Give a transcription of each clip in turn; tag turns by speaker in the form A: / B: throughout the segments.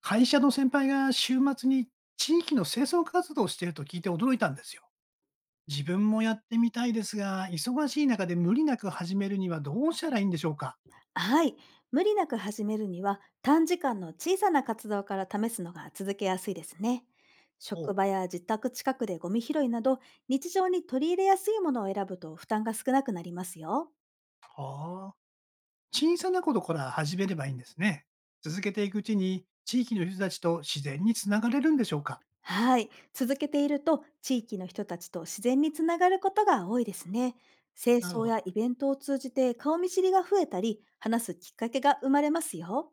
A: 会社の先輩が週末に地域の清掃活動をしていると聞いて驚いたんですよ。自分もやってみたいですが、忙しい中で無理なく始めるにはどうしたらいいんでしょうか？
B: はい。無理なく始めるには、短時間の小さな活動から試すのが続けやすいですね。
A: お
B: 職
A: う。
B: 場や自宅近くでゴミ拾いなど、日常に取り入れやすいものを選ぶと負担が少なくなりますよ。
A: はあ。小さなことから始めればいいんですね。続けていくうちに地域の人たちと自然につながれるんでしょうか？
B: はい。続けていると、地域の人たちと自然につながることが多いですね。清
A: なる
B: 掃
A: ほど。
B: やイベントを通じて顔見知りが増えたり、話すきっかけが生まれますよ。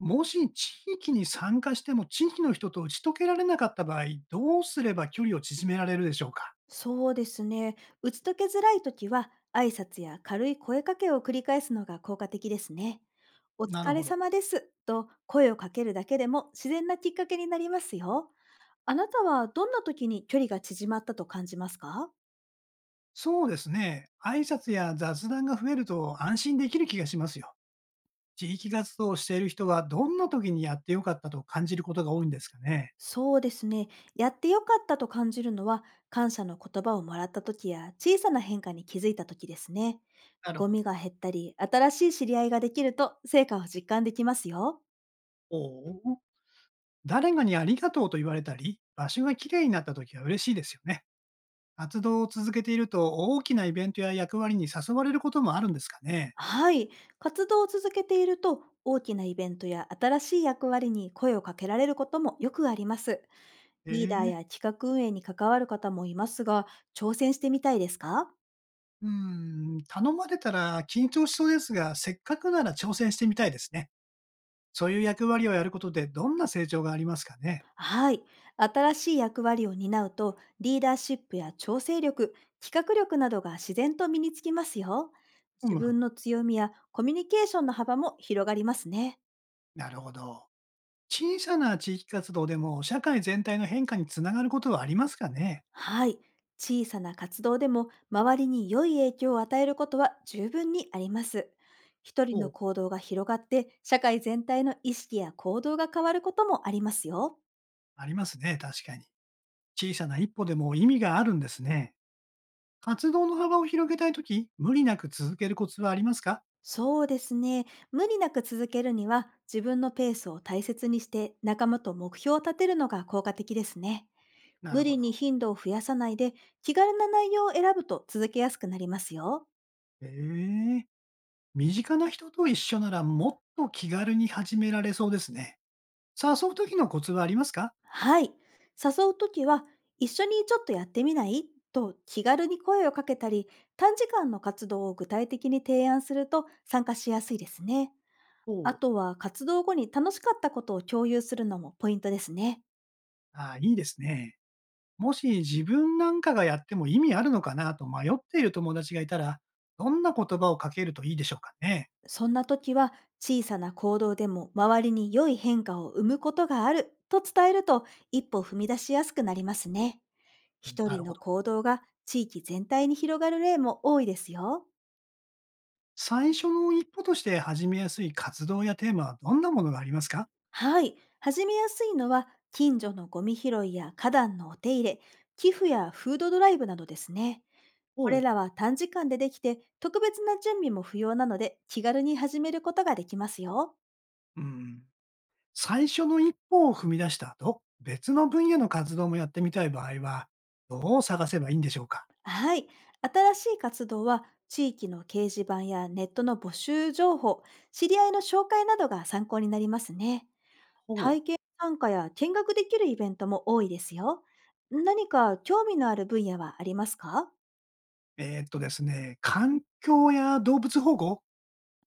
A: もし地域に参加しても地域の人と打ち解けられなかった場合、どうすれば距離を縮められるでしょうか？
B: そうですね。打ち解けづらい時は、挨拶や軽い声かけを繰り返すのが効果的ですね。お
A: なる
B: 疲れ
A: ほど。
B: 様ですと声をかけるだけでも自然なきっかけになりますよ。あなたはどんな時に距離が縮まったと感じますか？
A: そうですね。挨拶や雑談が増えると安心できる気がしますよ。地域活動をしている人はどんな時にやってよかったと感じることが多いんですかね。
B: そうですね。やってよかったと感じるのは、感謝の言葉をもらった時や小さな変化に気づいた時ですね。
A: なる
B: ゴ
A: ほど。
B: ミが減ったり、新しい知り合いができると成果を実感できますよ。
A: おお。誰がにありがとうと言われたり、場所がきれいになった時は嬉しいですよね。活動を続けていると大きなイベントや役割に誘われることもあるんですかね。
B: はい。活動を続けていると、大きなイベントや新しい役割に声をかけられることもよくあります。リーダー
A: ええ。
B: や企画運営に関わる方もいますが、挑戦してみたいですか？
A: うー頼まれたら緊張しそうですが、せっかくなら挑戦してみたいですね。そういう役割をやることでどんな成長がありますかね。
B: はい。新しい役割を担うと、リーダーシップや調整力、企画力などが自然と身につきますよ。
A: ふ
B: 自
A: むふむ。
B: 分の強みやコミュニケーションの幅も広がりますね。
A: なるほど。小さな地域活動でも社会全体の変化につながることはありますかね？
B: はい。小さな活動でも周りに良い影響を与えることは十分にあります。一人の
A: お、
B: 行動が広がって社会全体の意識や行動が変わることもありますよ。
A: ありますね、確かに。小さな一歩でも意味があるんですね。活動の幅を広げたいとき、無理なく続けるコツはありますか？
B: そうですね。無理なく続けるには、自分のペースを大切にして仲間と目標を立てるのが効果的ですね。
A: なる
B: 無
A: ほ
B: 理
A: ど。
B: に頻度を増やさないで、気軽な内容を選ぶと続けやすくなりますよ。
A: へえ。身近な人と一緒ならもっと気軽に始められそうですね。誘うときのコツはありますか？
B: はい。誘うときは、一緒にちょっとやってみないと気軽に声をかけたり、短時間の活動を具体的に提案すると参加しやすいですね。
A: お、
B: あとは、活動後に楽しかったことを共有するのもポイントですね。
A: ああ、いいですね。もし自分なんかがやっても意味あるのかなと迷っている友達がいたら、どんな言葉をかけるといいでしょうかね。
B: そんな時は、小さな行動でも周りに良い変化を生むことがあると伝えると、一歩踏み出しやすくなりますね。
A: うん、
B: 一
A: な
B: 人
A: るほ
B: の
A: ど。
B: 行動が地域全体に広がる例も多いですよ。
A: 最初の一歩として始めやすい活動やテーマはどんなものがありますか？
B: はい。始めやすいのは、近所のゴミ拾いや花壇のお手入れ、寄付やフードドライブなどですね。こ
A: お
B: れ
A: う。
B: らは短時間でできて、特別な準備も不要なので、気軽に始めることができますよ。
A: うん。最初の一歩を踏み出した後、別の分野の活動もやってみたい場合は、どう探せばいいんでしょうか？
B: はい。新しい活動は、地域の掲示板やネットの募集情報、知り合いの紹介などが参考になりますね。
A: ほ
B: 体
A: う。
B: 験参加や見学できるイベントも多いですよ。何か興味のある分野はありますか？
A: ですね、環境や動物保護、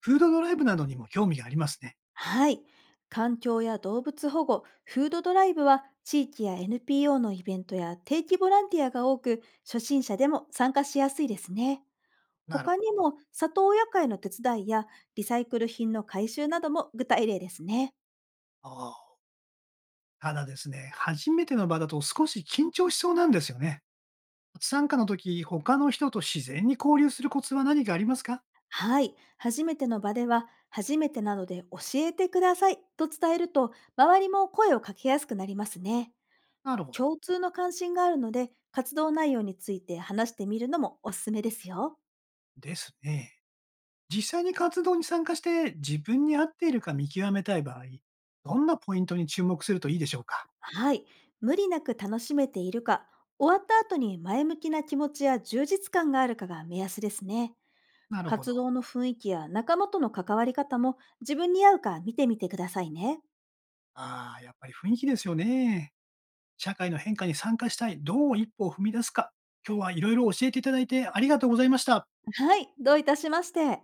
A: フードドライブなどにも興味がありますね。
B: はい。環境や動物保護、フードドライブは、地域や NPO のイベントや定期ボランティアが多く、初心者でも参加しやすいですね。
A: なるほ
B: 他に
A: ど。
B: も、里親会の手伝いやリサイクル品の回収なども具体例ですね。
A: ああ、ただですね、初めての場だと少し緊張しそうなんですよね。初参加の時、他の人と自然に交流するコツは何かありますか？
B: はい。初めての場では、初めてなので教えてくださいと伝えると、周りも声をかけやすくなりますね。
A: なるほど。
B: 共通の関心があるので、活動内容について話してみるのもおすすめですよ。
A: ですね。実際に活動に参加して自分に合っているか見極めたい場合、どんなポイントに注目するといいでしょうか？
B: はい。無理なく楽しめているか、終わった後に前向きな気持ちや充実感があるかが目安ですね。
A: なるほ
B: 活
A: ど。
B: 動の雰囲気や仲間との関わり方も、自分に合うか見てみてくださいね。
A: ああ、やっぱり雰囲気ですよね。社会の変化に参加したい。どう一歩を踏み出すか。今日はいろいろ教えていただいてありがとうございました。
B: はい。どういたしまして。